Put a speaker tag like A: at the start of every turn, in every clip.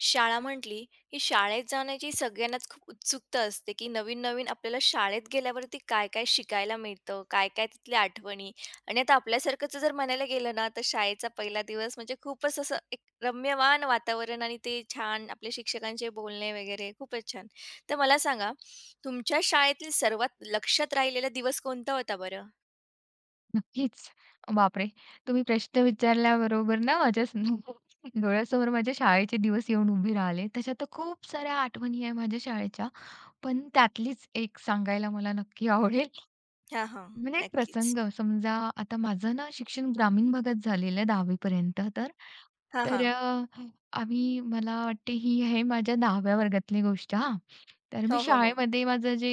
A: शाळा म्हटली, की शाळेत जाण्याची सगळ्यांनाच खूप उत्सुकता असते, की नवीन-नवीन आपल्याला शाळेत गेल्यावरती काय-काय शिकायला मिळतं, काय-काय तिथल्या आठवणी आणि आता आपल्यासारखंच जर म्हणायला गेलं ना, तर शाळेचा पहिला दिवस म्हणजे खूपच असं एक रम्यमान वातावरण आणि ते छान आपल्या शिक्षकांचे बोलणे वगैरे खूपच छान. तर मला सांगा, तुमच्या शाळेतील सर्वात लक्षात राहिलेला दिवस कोणता होता बरं?
B: नक्कीच. बापरे! तुम्ही प्रश्न विचारल्याबरोबर ना माझ्या डोळ्यासमोर माझ्या शाळेचे दिवस येऊन उभे राहिले. त्याच्यात तर खूप साऱ्या आठवणी आहे माझ्या शाळेच्या. पण त्यातलीच एक सांगायला मला नक्की आवडेल.
A: हां, हां.
B: म्हणजे एक
A: नक्कीच.
B: प्रसंग समजा, आता माझं ना शिक्षण ग्रामीण भागात झालेलं आहे 10वी तर.
A: हां,
B: तर
A: हां.
B: अ, आम्ही, मला वाटते ही आहे माझ्या 10व्या वर्गातली गोष्ट हां. तर मी
A: हो, हो, हो.
B: शाळेमध्ये माझं जे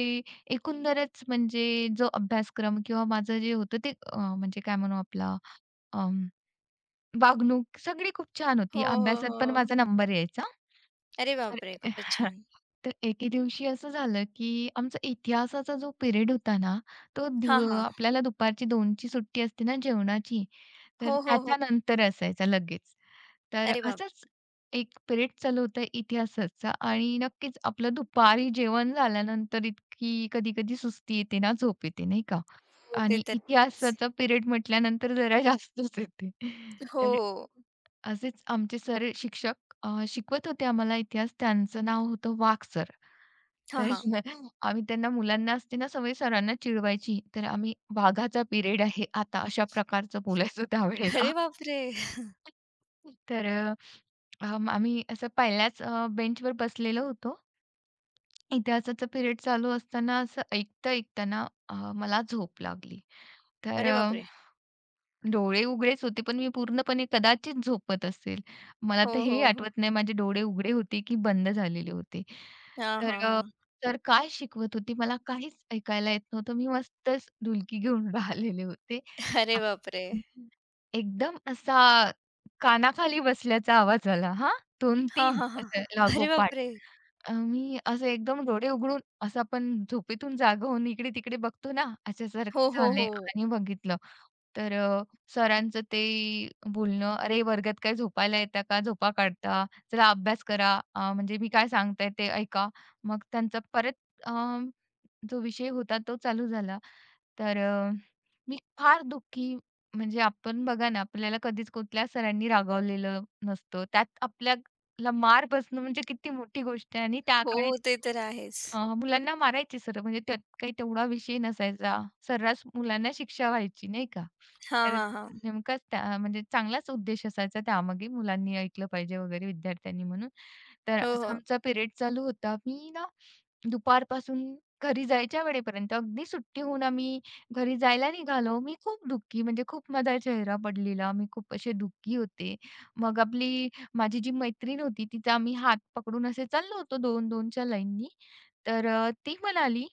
B: एकंदरच म्हणजे जो अभ्यासक्रम किंवा माझं जे होतं ते, म्हणजे काय म्हणू आपला अं, वागणूक सगळी खूप छान
A: हो,
B: होती.
A: हो,
B: अभ्यासात पण
A: हो.
B: माझा नंबर यायचा.
A: अरे
B: तर
A: बापरे! खूपच छान.
B: तर एके दिवशी असं झालं, की आमचा इतिहासाचा जो पिरियड होता ना, तो
A: हां,
B: दिव
A: हां.
B: आपल्याला दुपारची 2 ची सुट्टी असते ना जेवणाची, तर
A: हो, हो, हो.
B: त्याच्यानंतर असायचा लगेच. तर
A: अरे बाप!
B: असंच एक पिरियड चालू होता इतिहासाचा आणि नक्कीच आपलं दुपारी जेवण झाल्यानंतर इतकी कधी-कधी सुस्ती येते ना, झोप येते नाही का?
A: हो, ते
B: आणि
A: तर
B: इतिहासाचा पिरियड म्हटल्यानंतर जरा जास्तच येते. तर
A: हो.
B: असेच आमचे शिक्षक शिकवत होते आम्हाला इतिहास. त्यांचं नाव होतं वाघ सर.
A: हां,
B: तर
A: हां.
B: आम्ही त्यांना, मुलांना असते ना सवय सरांना चिडवायची. तर आम्ही "वाघाचा पिरियड आहे आता." अशा प्रकारचं बोलायचो त्यावेळेला.
A: अरे बापरे!
B: तर अ, आम्ही असं पहिल्याच बेंचवर बसलेलो होतो. इतिहासाचा पिरियड चालू असताना असं ऐकता-ऐकताना मला झोप लागली. तर
A: अरे बापरे!
B: डोळे उघडेच होते, पण मी पूर्णपणे कदाचित झोपत असेल. मला
A: हो,
B: तर हे
A: हो, हो.
B: आठवत नाही माझे डोळे उघडे होते की बंद झालेले होते.
A: हां, हां,
B: तर अ,
A: हां.
B: सर काय शिकवत होती मला काहीच ऐकायला येत नव्हतं. मी मस्तच डुलकी घेऊन राहिलेले होते.
A: अरे
B: आ
A: बापरे!
B: एकदम असा कानाखाली बसल्याचा आवाज आला हां,
A: हां,
B: 2-3
A: हां, हां.
B: असं
A: अरे
B: लागोपाठ.
A: बापरे!
B: मी असं एकदम डोळे उघडून, असं आपण झोपेतून जागा होऊन इकडे-तिकडे बघतो ना,
A: हो,
B: अशासारखे
A: हो,
B: झाले
A: हो.
B: आणि बघितलं. तर सरांचं ते बोलणं, "अरे, वर्गात काय झोपायला येता का? झोपा काढता. चला अभ्यास करा. अ, म्हणजे मी काय सांगताय ते ऐका." मग त्यांचा परत अ, जो विषय होता तो चालू झाला. तर मी फार दुःखी, म्हणजे आपण बघा ना, आपल्याला कधीच कुठल्या सरांनी रागावलेलं नसतं. त्यात आपल्याला मार बसणं म्हणजे किती मोठी गोष्ट आहे आणि त्या
A: हो,
B: काळात
A: ते तर आहेच.
B: अ, मुलांना मारायचे सर म्हणजे त्यात काही तेवढा विषय नसायचा. सर्रास मुलांना शिक्षा व्हायची नाही का?
A: हां,
B: तर
A: हां, हां.
B: नेमकाच त्या म्हणजे चांगलाच उद्देश असायचा त्यामागे मुलांनी ऐकलं पाहिजे वगैरे विद्यार्थ्यांनी म्हणून. तर
A: हो,
B: असा
A: हो.
B: आमचा पिरियड चालू होता. मी ना दुपारपासून घरी जायच्या वेळेपर्यंत अगदी सुट्टी होऊन आम्ही घरी जायला निघालो. मी खूप दुःखी, म्हणजे खूप माझा चेहरा पडलेला. मी खूप असे दुःखी होते. मग आपली, माझी जी मैत्रीण होती, तिचा आम्ही हात पकडून असे चाललो होतो दोन 2 च्या लाईननी. ती म्हणाली,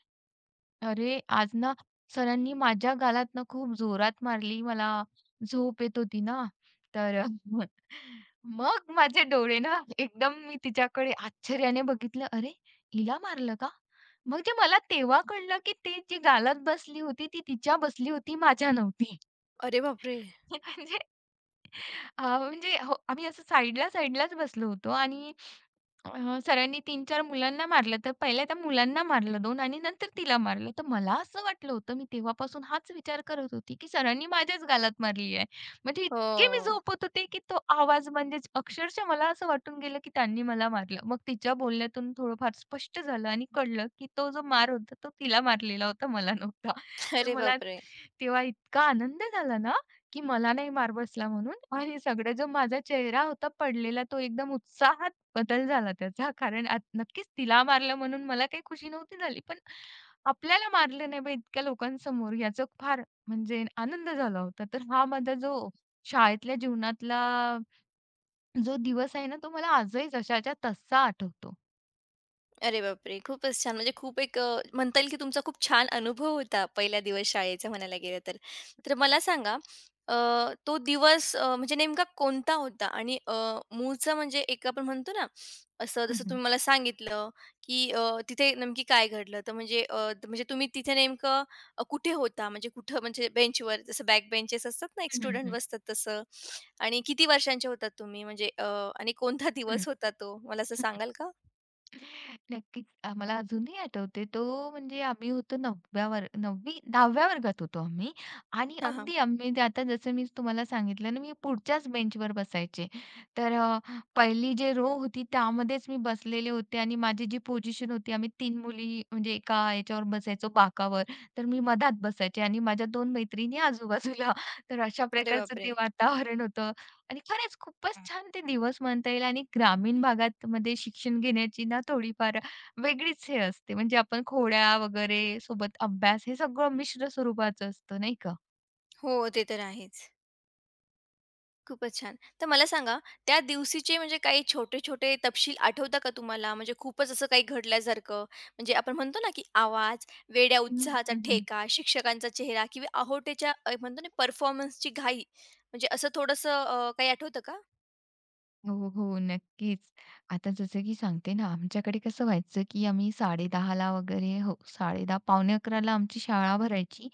B: अरे, आज ना सरांनी माझ्या गालात ना खूप जोरात मारली. मला झोप येत होती ना, तर मग माझे डोळे ना एकदम मी तिच्याकडे आश्चर्याने बघितलं. अरे, हिला मारलं का? म्हणजे मला तेव्हा कळलं, की ती जी गालात बसली होती, ती तिच्या बसली होती, माझ्या नव्हती.
A: अरे बापरे!
B: म्हणजे म्हणजे हो, आम्ही असं साईडला साईडलाच बसलो होतो आणि सरांनी 3-4 मुलांना मारलं. तर पहिल्या त्या मुलांना मारलं 2 आणि नंतर तिला मारलं. तर मला असं वाटलं होतं, मी तेव्हापासून हाच विचार करत होती, की सरांनी माझ्याच गालात मारली आहे. म्हणजे
A: हो.
B: इतके मी झोपत होते, की तो आवाज म्हणजेच अक्षरशः मला असं वाटून गेलं, की त्यांनी मला मारलं. मग तिच्या बोलण्यातून थोडंफार स्पष्ट झालं आणि कळलं, की तो जो मार होता, तो तिला मारलेला होता, मला नव्हता. तर
A: अरे
B: मला
A: बापरे!
B: तेव्हा इतका आनंद झाला ना, की मला नाही मार बसला म्हणून, आणि सगळा जो माझा चेहरा होता पडलेला, तो एकदम उत्साहात बदल झाला त्याचा. कारण आत नक्कीच तिला मारलं म्हणून मला काही खुशी नव्हती झाली. पण आपल्याला मारलं नाही बा इतक्या लोकांसमोर याचा फार म्हणजे आनंद झाला होता. तर हा माझा जो शाळेतल्या जीवनातला जो दिवस आहे ना, तो मला आजही जशाच्या तसा आठवतो.
A: अरे बापरे! खूपच छान. म्हणजे खूप एक म्हणता येईल की तुमचा खूप छान अनुभव होता पहिला दिवस शाळेचा म्हणायला गेलं तर. तर मला सांगा अ, तो दिवस म्हणजे नेमका कोणता होता? आणि मूळचा म्हणजे एक आपण म्हणतो ना, असं
B: हं,
A: जसं
B: हं.
A: तुम्ही मला सांगितलं की तिथे नेमकी काय घडलं? तर म्हणजे म्हणजे तुम्ही तिथे नेमकं कुठे होता? म्हणजे कुठं म्हणजे बेंचवर जसं बॅक बेंचेस असतात ना, एक
B: हं,
A: स्टुडंट
B: हं,
A: बसतात तसं. आणि किती वर्षांचे होतात तुम्ही? म्हणजे आणि कोणता दिवस होता तो? मला असं सांगाल का?
B: नक्कीच. मला अजूनही आठवते. तो म्हणजे आम्ही होतो 9व्या वर 9वी 10व्या वर्गात होतो आम्ही, आणि अगदी आम्ही ते, आता जसं मी तुम्हाला सांगितलं ना, मी पुढच्याच बेंचवर बसायचे. तर पहिली जे रो होती त्यामध्येच मी बसलेले होते आणि माझी जी पोझिशन होती, आम्ही तीन मुली म्हणजे एका याच्यावर बसायचो बाकावर. तर मी मधात बसायचे आणि माझ्या 2 मैत्रिणी आजूबाजूला. तर अशा
A: अरे
B: प्रकारचं
A: बापरे!
B: ते वातावरण होतं, आणि खरंच खूपच छान ते दिवस म्हणता येईल, आणि ग्रामीण भागात मध्ये शिक्षण घेण्याची ना थोडीफार वेगळीच हे असते. म्हणजे आपण खोड्या वगैरे सोबत अभ्यास हे सगळं मिश्र स्वरूपाचं असतं नाही का?
A: हो, ते तर आहेच. खूपच छान. तर मला सांगा, त्या दिवशीचे म्हणजे काही छोटे-छोटे तपशील आठवता का तुम्हाला? म्हणजे खूपच असं काही घडल्यासारखं. म्हणजे आपण म्हणतो ना, की आवाज, वेड्या
B: हं,
A: उत्साहाचा
B: हं, हं.
A: ठेका, शिक्षकांचा चेहरा किंवा अहोटेच्या म्हणतो ना, परफॉर्मन्सची घाई. म्हणजे असं थोडंसं काही आठवतं का?
B: हो, हो. नक्कीच. आता जसं की सांगते ना, आमच्याकडे कसं व्हायचं की आम्ही 10:30 ला वगैरे, हो, 10:30 पावणे 11 आमची शाळा भरायची,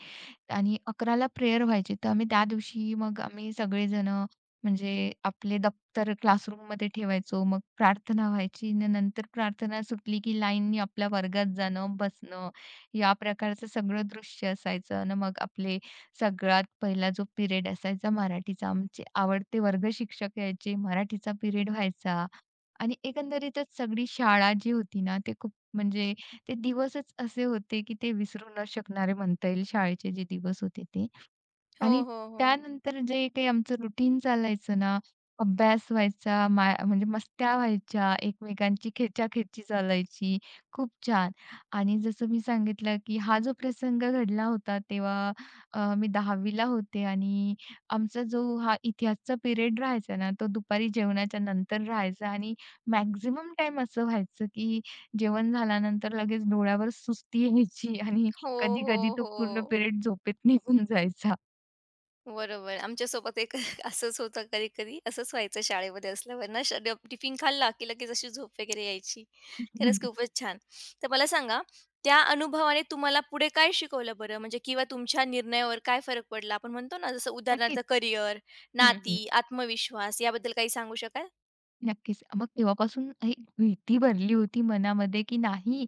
B: आणि अकराला प्रेयर व्हायची. तर आम्ही त्या दिवशी, मग आम्ही सगळेजणं म्हणजे आपले दप्तर क्लासरूममध्ये ठेवायचो. मग प्रार्थना व्हायची आणि नंतर प्रार्थना सुटली की लाईननी आपल्या वर्गात जाणं, बसणं, या प्रकारचं सगळं दृश्य असायचं, आणि मग आपले सगळ्यात पहिला जो पिरियड असायचा मराठीचा, आमचे आवडते वर्ग शिक्षक यायचे, मराठीचा पिरियड व्हायचा, आणि एकंदरीतच सगळी शाळा जी होती ना, ते खूप म्हणजे ते दिवसच असे होते की ते विसरू न शकणारे म्हणता येईल शाळेचे जे दिवस होते ते.
A: हो,
B: आणि
A: हो, हो.
B: त्यानंतर जे काही आमचं रुटीन चालायचं ना, अभ्यास व्हायचा, म्हणजे मस्त्या व्हायच्या, एकमेकांची खेचाखेची चालायची. खूप छान. आणि जसं मी सांगितलं, की हा जो प्रसंग घडला होता तेव्हा मी 10वी होते, आणि आमचा जो हा इतिहासचा पिरियड राहायचा ना, तो दुपारी जेवणाच्या नंतर राहायचा, आणि मॅक्सिमम टाईम असं व्हायचं, की जेवण झाल्यानंतर लगेच डोळ्यावर सुस्ती यायची, आणि
A: हो, हो,
B: कधी-कधी तो पूर्ण
A: हो.
B: पिरियड झोपेत निघून जायचा.
A: बरोबर. आमच्यासोबत एक असंच होतं कधी-कधी. असंच व्हायचं शाळेमध्ये असल्यावर ना श डब टिफिन खाल्ला की लगेच अशी झोप वगैरे यायची.
B: हं,
A: खरंच खूपच छान. तर मला सांगा, त्या अनुभवाने तुम्हाला पुढे काय शिकवलं बरं? म्हणजे किंवा तुमच्या निर्णयावर काय फरक पडला? आपण म्हणतो ना जसं उदाहरणार्थ
B: नक्कीच.
A: करियर,
B: हं, हं.
A: नाती, आत्मविश्वास याबद्दल काही सांगू शकाल?
B: नक्कीच. मग तेव्हापासून एक भीती भरली होती मनामध्ये, की नाही,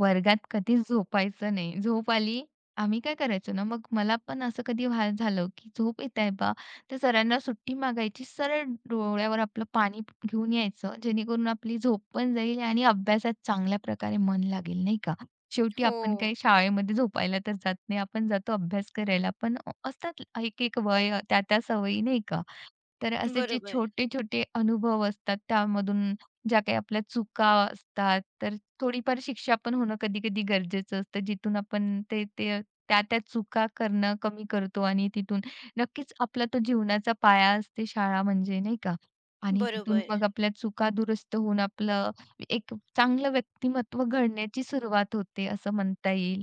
B: वर्गात कधीच झोपायचं नाही. झोप आली, आम्ही काय करायचो ना, मग मला पण असं कधी झालं, की झोप येत आहे बा, तर सरांना सुट्टी मागायची. सरळ डोळ्यावर आपलं पाणी घेऊन यायचं, जेणेकरून आपली झोप पण जाईल आणि अभ्यासात चांगल्या प्रकारे मन लागेल, नाही का? शेवटी
A: हो.
B: आपण काही शाळेमध्ये झोपायला तर जात नाही. आपण जातो अभ्यास करायला. पण असतात एक-एक वय, त्या-त्या सवयी, नाही का? तर असे जे
A: बरोबर.
B: छोटे-छोटे अनुभव असतात त्यामधून ज्या काही आपल्या चुका असतात, तर थोडीफार शिक्षा पण होणं कधी-कधी गरजेचं असतं. जिथून आपण ते ते त्या-त्या चुका करणं कमी करतो आणि तिथून नक्कीच आपला तो जीवनाचा पाया असते शाळा म्हणजे, नाही का? आणि तिथून
A: बरोबर.
B: मग आपल्या चुका दुरुस्त होऊन आपलं एक चांगलं व्यक्तिमत्त्व घडण्याची सुरुवात होते असं म्हणता येईल.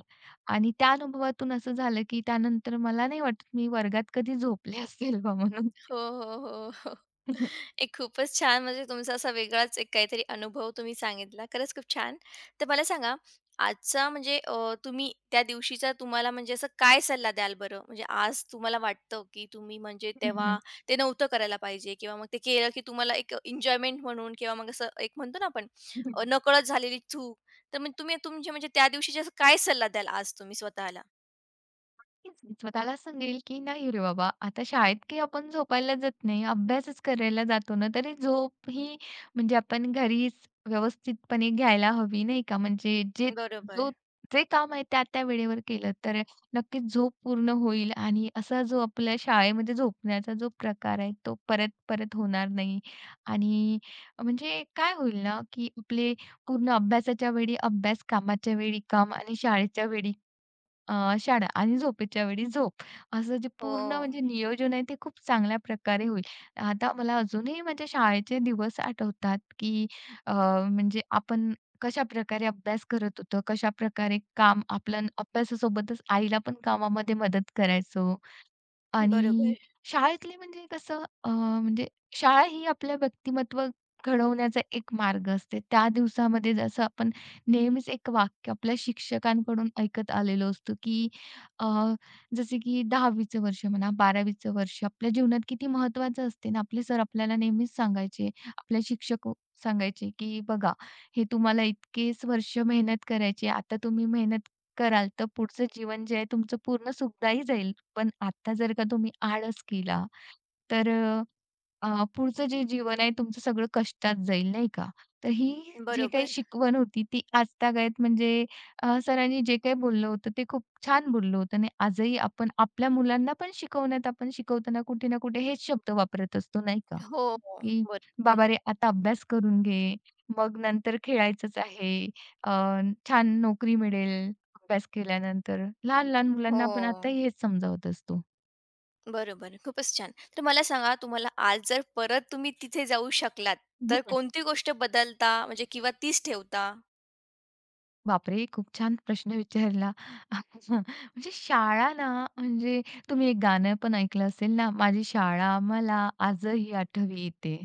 B: आणि त्या अनुभवातून असं झालं, की त्यानंतर मला नाही वाटत मी वर्गात कधी झोपले असेल बा म्हणून.
A: हो, हो, हो, हो. एक खूपच छान म्हणजे तुमचा असा वेगळाच एक काहीतरी अनुभव तुम्ही सांगितला. खरंच खूप छान. तर मला सांगा आजचा म्हणजे तुम्ही त्या दिवशीचा तुम्हाला म्हणजे असं काय सल्ला द्याल बरं? म्हणजे आज तुम्हाला वाटतं, की तुम्ही म्हणजे
B: हं,
A: तेव्हा
B: हं.
A: ते नव्हतं करायला पाहिजे किंवा मग ते केलं की तुम्हाला एक एन्जॉयमेंट म्हणून किंवा मग असं एक म्हणतो ना आपण नकळत झालेली चूक. तर मग तुम्ही तुमचे म्हणजे त्या दिवशीचे असं काय सल्ला द्याल आज तुम्ही स्वतःला?
B: स्वतःला सांगेल की नाही रे बाबा, आता शाळेत काही आपण झोपायला जात नाही, अभ्यासच करायला जातो ना, तरी झोप ही म्हणजे आपण घरीच व्यवस्थितपणे घ्यायला हवी, नाही का? म्हणजे जो
A: बरोबर.
B: जे काम आहे त्या-त्या वेळेवर केलं तर नक्कीच झोप पूर्ण होईल, आणि असा जो आपल्या शाळेमध्ये झोपण्याचा जो प्रकार आहे, तो परत-परत होणार नाही, आणि म्हणजे काय होईल ना, की आपले पूर्ण अभ्यासाच्या वेळी अभ्यास, कामाच्या वेळी काम, आणि शाळेच्या वेळी शाळा, आणि झोपेच्या वेळी झोप. असं जे
A: हो.
B: पूर्ण म्हणजे नियोजन आहे ते खूप चांगल्या प्रकारे होईल. आता मला अजूनही माझ्या शाळेचे दिवस आठवतात, की अ, म्हणजे आपण कशाप्रकारे अभ्यास करत होतो, कशाप्रकारे काम आपलं अभ्यासासोबतच आईला पण कामामध्ये मदत करायचो. आणि
A: बरोबर.
B: शाळेतले म्हणजे म्हणजे शाळा ही आपलं व्यक्तिमत्व घडवण्याचा एक मार्ग असते. त्या दिवसामध्ये जसं आपण नेहमीच एक वाक्य आपल्या शिक्षकांकडून ऐकत आलेलो असतो, की अ, जसे की 10वीचं वर्ष म्हणा, 12वीचं वर्ष आपल्या जीवनात किती महत्त्वाचं असते ना. आपले सर आपल्याला नेहमीच सांगायचे, आपले शिक्षक सांगायचे, की "बघा, हे तुम्हाला इतकेच वर्ष मेहनत करायची, आता तुम्ही मेहनत कराल तर पुढचं जीवन जे आहे तुमचं पूर्ण सुखदायी जाईल." पण आता जर का तुम्ही आळस केला, तर अ, अ, पुढचं जे जीवन आहे तुमचं सगळं कष्टात जाईल, नाही का? तर ही जी काही
A: बरोबर.
B: शिकवण होती ती आजतागायत म्हणजे सरांनी जे काही बोललं होतं ते खूप छान बोललं होतं, आणि आजही आपण आपल्या मुलांना पण शिकवण्यात आपण शिकवताना कुठे ना कुठे हेच शब्द वापरत असतो, नाही का?
A: हो, हो.
B: की
A: बरोबर.
B: "बाबा रे, आता अभ्यास करून घे, मग नंतर खेळायचंच आहे, अ, छान नोकरी मिळेल अभ्यास केल्यानंतर." लहान-लहान
A: हो.
B: मुलांना आपण आताही हेच समजावत असतो.
A: बरोबर. खूपच छान. तर मला सांगा तुम्हाला आज जर परत तुम्ही तिथे जाऊ शकलात, तर
B: हम्म.
A: कोणती गोष्ट बदलता म्हणजे किंवा तीच ठेवता?
B: बापरे! खूप छान प्रश्न विचारला. म्हणजे शाळा ना, म्हणजे तुम्ही एक गाणं पण ऐकलं असेल ना, माझी शाळा मला आजही आठवी येते.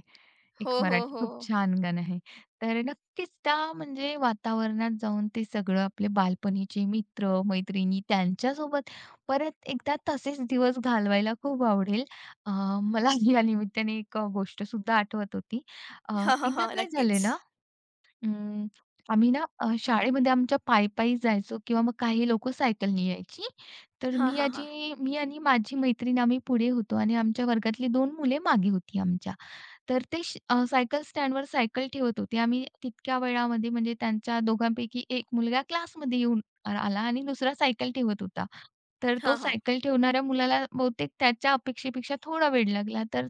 A: हो,
B: एक
A: हो,
B: मराठी खूप
A: हो.
B: छान गाणं आहे. तर नक्कीच त्या म्हणजे वातावरणात जाऊन ते सगळं, आपले बालपणीचे मित्र, मैत्रिणी त्यांच्यासोबत परत एकदा तसेच दिवस घालवायला खूप आवडेल. अ, मला या निमित्ताने एक गोष्ट सुद्धा आठवत होती. अ,
A: हां, हां, हां.
B: एकदा काय झाले
A: नक्कीच.
B: ना, अं, आम्ही ना शाळेमध्ये आमच्या पायी पायी जायचो किंवा मग काही लोक सायकलनी यायची. तर
A: हां, हां, हां.
B: मी आणि माझी मैत्रीण आम्ही पुढे होतो, आणि आमच्या वर्गातली 2 मुले मागे होती आमच्या. तर ते सायकल स्टँडवर सायकल ठेवत होते. आम्ही तितक्या वेळामध्ये म्हणजे त्यांच्या दोघांपैकी एक मुलगा क्लासमध्ये येऊन आला आणि दुसरा सायकल ठेवत होता. तर तो
A: हां, हां.
B: सायकल ठेवणाऱ्या मुलाला बहुतेक त्याच्या अपेक्षेपेक्षा थोडा वेळ लागला. तर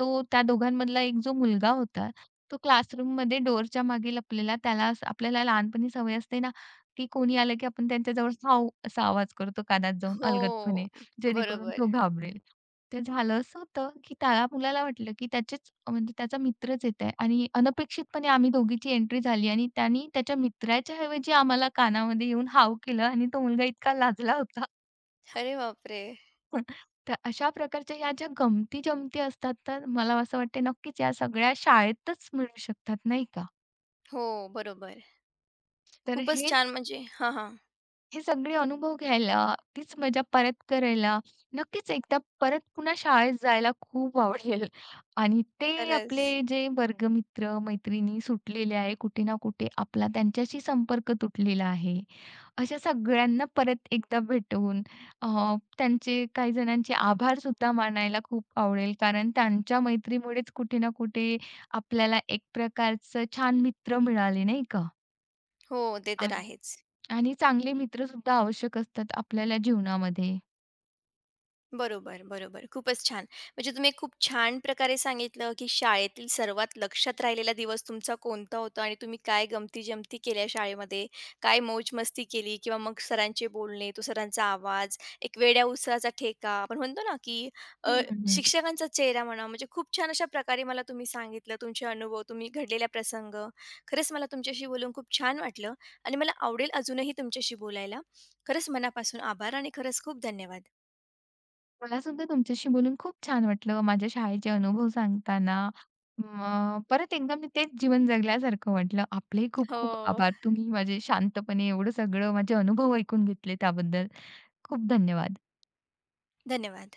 B: तो त्या दोघांमधला एक जो मुलगा होता तो क्लासरूममध्ये डोअरच्या मागे लपलेला, त्याला असं, आपल्याला लहानपणी सवय असते ना, की कोणी आलं की आपण त्यांच्याजवळ "हाव" असा आवाज करतो कानात जाऊन अलगदपणे,
A: हो.
B: जेणेकरून
A: बरोबर.
B: तो घाबरेल. तर झालं असं होतं, की त्या मुलाला वाटलं की त्याचेच म्हणजे त्याचा मित्रच येत आहे, आणि अनपेक्षितपणे आम्ही दोघीची एंट्री झाली आणि त्यानी त्याच्या मित्राच्या ऐवजी आम्हाला कानामध्ये येऊन हाव केलं आणि तो मुलगा इतका लाजला होता.
A: अरे बापरे!
B: तर अशा प्रकारच्या ह्या ज्या गमती-जमती असतात, तर मला असं वाटते नक्कीच या सगळ्या शाळेतच मिळू शकतात, नाही का?
A: हो, बरोबर.
B: तर
A: खूपच
B: हे
A: छान म्हणजे हां, हां.
B: हे सगळे अनुभव घ्यायला, तीच मजा परत करायला, नक्कीच एकदा परत पुन्हा शाळेत जायला खूप आवडेल. आणि ते
A: खरंच.
B: आपले जे वर्गमित्र, मैत्रिणी सुटलेले आहे कुठे ना कुठे, आपला त्यांच्याशी संपर्क तुटलेला आहे. अशा सगळ्यांना परत एकदा भेटवून अ, त्यांचे काही जणांचे आभारसुद्धा मानायला खूप आवडेल. कारण त्यांच्या मैत्रीमुळेच कुठे ना कुठे आपल्याला एक प्रकारचं छान मित्र मिळाले, नाही का?
A: हो, ते तर आहेच.
B: आणि चांगले मित्रसुद्धा आवश्यक असतात आपल्याला जीवनामध्ये.
A: बरोबर, बरोबर. खूपच छान. म्हणजे तुम्ही खूप छान प्रकारे सांगितलं, की शाळेतील सर्वात लक्षात राहिलेला दिवस तुमचा कोणता होता आणि तुम्ही काय गमती-जमती केल्या शाळेमध्ये, काय मौज-मस्ती केली किंवा मग सरांचे बोलणे, तो सरांचा आवाज, एक वेड्या-उसराचा ठेका, आपण म्हणतो ना, की
B: हं,
A: अ,
B: हं, हं.
A: शिक्षकांचा चेहरा म्हणा, म्हणजे खूप छान अशा प्रकारे मला तुम्ही सांगितलं तुमचे अनुभव, तुम्ही घडलेला प्रसंग. खरंच मला तुमच्याशी बोलून खूप छान वाटलं आणि मला आवडेल अजूनही तुमच्याशी बोलायला. खरंच मनापासून आभार आणि खरंच खूप धन्यवाद.
B: मला सुद्धा तुमच्याशी बोलून खूप छान वाटलं. माझ्या शाळेचे अनुभव सांगताना मग परत एकदा मी तेच जीवन जगल्यासारखं वाटलं. आपलेही खूप खूप
A: हो.
B: आभार. तुम्ही माझे शांतपणे एवढं सगळं माझे अनुभव ऐकून घेतले त्याबद्दल खूप धन्यवाद.
A: धन्यवाद.